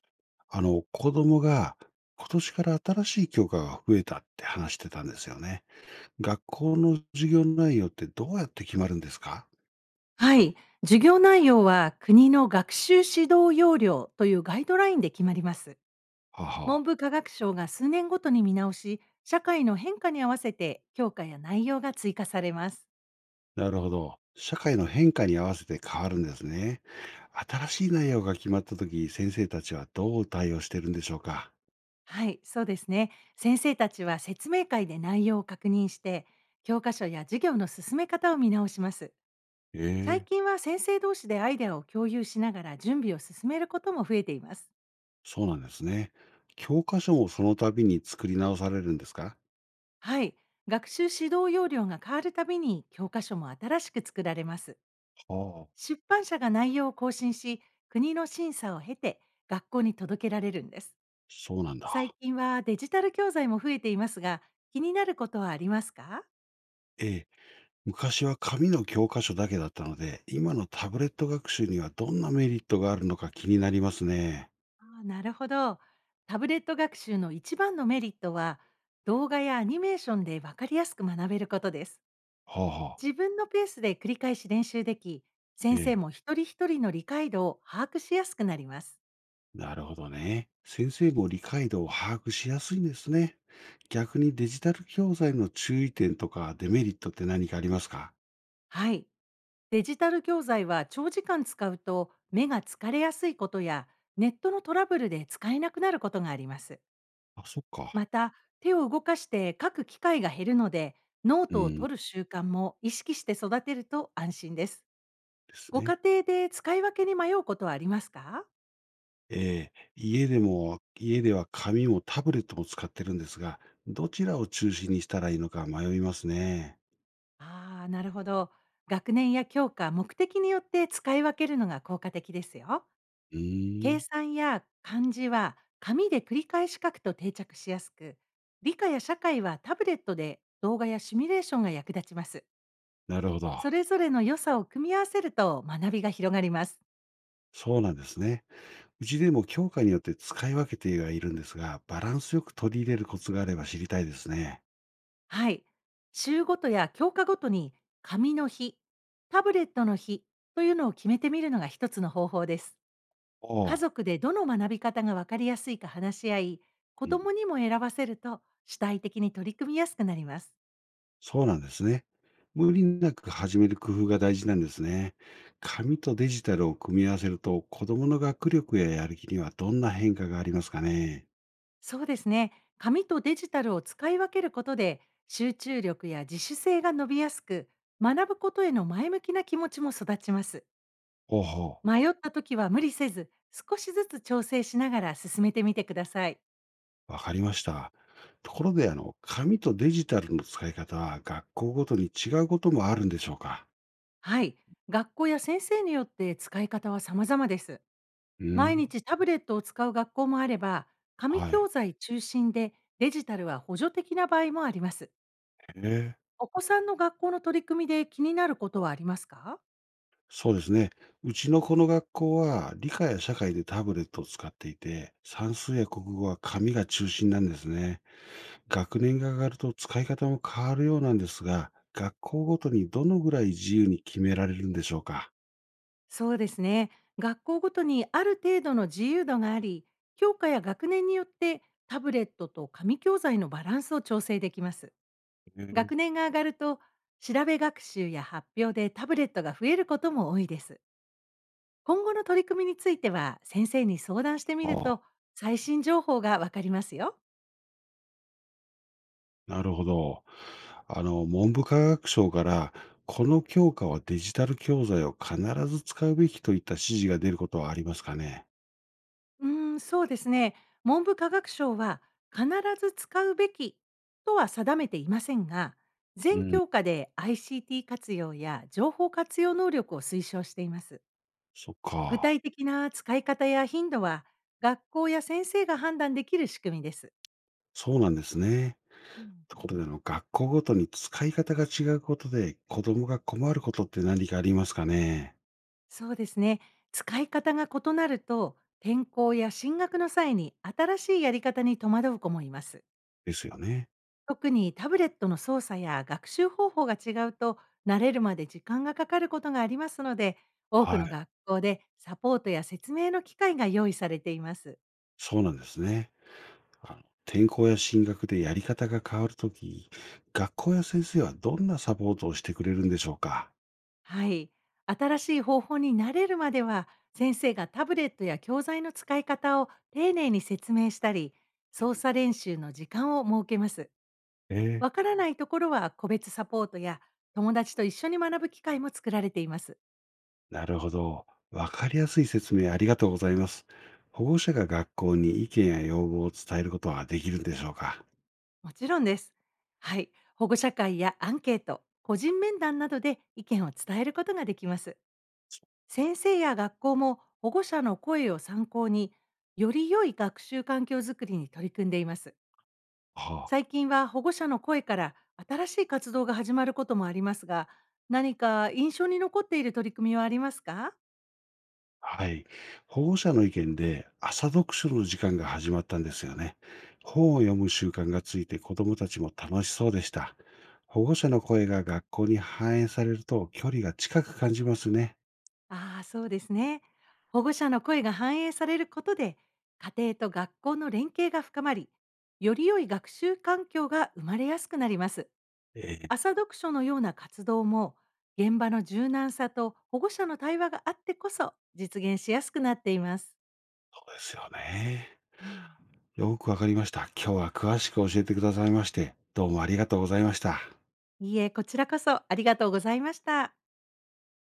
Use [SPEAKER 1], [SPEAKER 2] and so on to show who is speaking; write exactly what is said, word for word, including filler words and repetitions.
[SPEAKER 1] あの、子供が今年から新しい教科が増えたって話してたんですよね。学校の授業内容ってどうやって決まるんですか？
[SPEAKER 2] はい。授業内容は国の学習指導要領というガイドラインで決まります。
[SPEAKER 1] はあ
[SPEAKER 2] 文
[SPEAKER 1] は
[SPEAKER 2] 部科学省が数年ごとに見直し、社会の変化に合わせて教科や内容が追加されます。
[SPEAKER 1] あ、なるほど。社会の変化に合わせて変わるんですね。新しい内容が決まった時、先生たちはどう対応してるんでしょうか？
[SPEAKER 2] はい、そうですね。先生たちは説明会で内容を確認して、教科書や授業の進め方を見直します。最
[SPEAKER 1] ええ。
[SPEAKER 2] 近は先生同士でアイデアを共有しながら準備を進めることも増えています。
[SPEAKER 1] そうなんですね。教科書もその度に作り直されるんですか？
[SPEAKER 2] はい、学習指導要領が変わるたびに教科書も新しく作られます。
[SPEAKER 1] はあ、
[SPEAKER 2] 出版社が内容を更新し、国の審査を経て学校に届けられるんです。
[SPEAKER 1] そうなん
[SPEAKER 2] 最
[SPEAKER 1] だ。
[SPEAKER 2] 近はデジタル教材も増えていますが、気になることはありますか？
[SPEAKER 1] ええ。昔は紙の教科書だけだったので、今のタブレット学習にはどんなメリットがあるのか気になりますね。
[SPEAKER 2] あー、なるほど。タブレット学習の一番のメリットは、動画やアニメーションで分かりやすく学べることです。
[SPEAKER 1] はあはあ。
[SPEAKER 2] 自分のペースで繰り返し練習でき、先
[SPEAKER 1] え
[SPEAKER 2] 生
[SPEAKER 1] え。
[SPEAKER 2] も一人一人の理解度を把握しやすくなります。
[SPEAKER 1] なるほどね。先生も理解度を把握しやすいんですね。逆にデジタル教材の注意点とかデメリットって何かありますか？
[SPEAKER 2] はい。デジタル教材は長時間使うと目が疲れやすいことや、ネットのトラブルで使えなくなることがあります。
[SPEAKER 1] あ、そっか。
[SPEAKER 2] また、手を動かして書く機会が減るので、ノー
[SPEAKER 1] う
[SPEAKER 2] トを
[SPEAKER 1] ん。
[SPEAKER 2] 取る習慣も意識して育てると安心です。
[SPEAKER 1] です
[SPEAKER 2] ご
[SPEAKER 1] ね。
[SPEAKER 2] 家庭で使い分けに迷うことはありますか？
[SPEAKER 1] ええ。家でも、家では紙もタブレットも使ってるんですが、どちらを中心にしたらいいのか迷いますね。
[SPEAKER 2] ああー、なるほど。学年や教科、目的によって使い分けるのが効果的ですよ。
[SPEAKER 1] うー
[SPEAKER 2] 計
[SPEAKER 1] ん。
[SPEAKER 2] 算や漢字は紙で繰り返し書くと定着しやすく、理科や社会はタブレットで動画やシミュレーションが役立ちます。
[SPEAKER 1] なるほ
[SPEAKER 2] そ
[SPEAKER 1] ど。
[SPEAKER 2] れぞれの良さを組み合わせると学びが広がります。
[SPEAKER 1] そうなんですね。うちでも教科によって使い分けてはいるんですが、バランスよく取り入れるコツがあれば知りたいですね。
[SPEAKER 2] はい。週ごとや教科ごとに、紙の日、タブレットの日というのを決めてみるのが一つの方法です。
[SPEAKER 1] お
[SPEAKER 2] 家
[SPEAKER 1] お、
[SPEAKER 2] 族でどの学び方が分かりやすいか話し合い、子
[SPEAKER 1] うん、
[SPEAKER 2] 供にも選ばせると主体的に取り組みやすくなります。
[SPEAKER 1] そうなんですね。無理なく始める工夫が大事なんですね。紙とデジタルを組み合わせると、子供の学力ややる気にはどんな変化がありますかね。
[SPEAKER 2] そうですね。紙とデジタルを使い分けることで、集中力や自主性が伸びやすく、学ぶことへの前向きな気持ちも育ちます。
[SPEAKER 1] ほうほう。
[SPEAKER 2] 迷った時は無理せず、少しずつ調整しながら進めてみてください。
[SPEAKER 1] わかりました。ところで、あの、紙とデジタルの使い方は学校ごとに違うこともあるんでしょうか。
[SPEAKER 2] はい。学校や先生によって使い方は様々です。
[SPEAKER 1] う。う
[SPEAKER 2] 毎
[SPEAKER 1] ん。
[SPEAKER 2] 日タブレットを使う学校もあれば、紙
[SPEAKER 1] は
[SPEAKER 2] 教
[SPEAKER 1] い。
[SPEAKER 2] 材中心でデジタルは補助的な場合もあります。
[SPEAKER 1] へえ。
[SPEAKER 2] お子さんの学校の取り組みで気になることはありますか？
[SPEAKER 1] そうですね。うちのこの学校は理科や社会でタブレットを使っていて、算数や国語は紙が中心なんですね。学年が上がると使い方も変わるようなんですが、学校ごとにどのぐらい自由に決められるんでしょうか。
[SPEAKER 2] そうですね。学校ごとにある程度の自由度があり、教科や学年によって、タブレットと紙教材のバランスを調整できます。
[SPEAKER 1] へ
[SPEAKER 2] 学
[SPEAKER 1] え。
[SPEAKER 2] 年が上がると、調べ学習や発表でタブレットが増えることも多いです。今後の取り組みについては、先生に相談してみる
[SPEAKER 1] あ
[SPEAKER 2] と、
[SPEAKER 1] あ、
[SPEAKER 2] 最新情報がわかりますよ。
[SPEAKER 1] なるほど。あの、文部科学省から、この教科はデジタル教材を必ず使うべきといった指示が出ることはありますかね。
[SPEAKER 2] うーん、そうですね。文部科学省は必ず使うべきとは定めていませんが、
[SPEAKER 1] う
[SPEAKER 2] 全
[SPEAKER 1] ん、
[SPEAKER 2] 教科で アイシーティー 活用や情報活用能力を推奨しています。
[SPEAKER 1] そっ
[SPEAKER 2] 具
[SPEAKER 1] か。
[SPEAKER 2] 体的な使い方や頻度は、学校や先生が判断できる仕組みです。
[SPEAKER 1] そうなんですね。
[SPEAKER 2] うん、
[SPEAKER 1] ところで、あの、学校ごとに使い方が違うことで、子供が困ることって何かありますかね？
[SPEAKER 2] そうですね。使い方が異なると、転校や進学の際に新しいやり方に戸惑う子もいます。
[SPEAKER 1] ですよね。
[SPEAKER 2] 特にタブレットの操作や学習方法が違うと、慣れるまで時間がかかることがありますので、多く
[SPEAKER 1] は
[SPEAKER 2] の
[SPEAKER 1] い、
[SPEAKER 2] 学校でサポートや説明の機会が用意されています。
[SPEAKER 1] そうなんですね。あの、転校や進学でやり方が変わるとき、学校や先生はどんなサポートをしてくれるんでしょうか？
[SPEAKER 2] はい。新しい方法に慣れるまでは、先生がタブレットや教材の使い方を丁寧に説明したり、操作練習の時間を設けます。
[SPEAKER 1] ええ、
[SPEAKER 2] わからないところは個別サポートや、友達と一緒に学ぶ機会も作られています。
[SPEAKER 1] なるほど。わかりやすい説明ありがとうございます。保護者が学校に意見や要望を伝えることはできるんでしょうか？
[SPEAKER 2] もちろんです。はい。保護者会やアンケート、個人面談などで意見を伝えることができます。先生や学校も保護者の声を参考に、より良い学習環境づくりに取り組んでいます。
[SPEAKER 1] はあ。
[SPEAKER 2] 最近は保護者の声から新しい活動が始まることもありますが、何か印象に残っている取り組みはありますか？
[SPEAKER 1] はい。保護者の意見で朝読書の時間が始まったんですよね。本を読む習慣がついて子どもたちも楽しそうでした。保護者の声が学校に反映されると距離が近く感じますね。
[SPEAKER 2] ああ、そうですね。保護者の声が反映されることで、家庭と学校の連携が深まり、より良い学習環境が生まれやすくなります。
[SPEAKER 1] ええ。
[SPEAKER 2] 朝読書のような活動も、現場の柔軟さと保護者の対話があってこそ実現しやすくなっています。
[SPEAKER 1] そうですよね。
[SPEAKER 2] うん。
[SPEAKER 1] よくわかりました。今日は詳しく教えてくださいまして、どうもありがとうございました。
[SPEAKER 2] いいえ、こちらこそありがとうございました。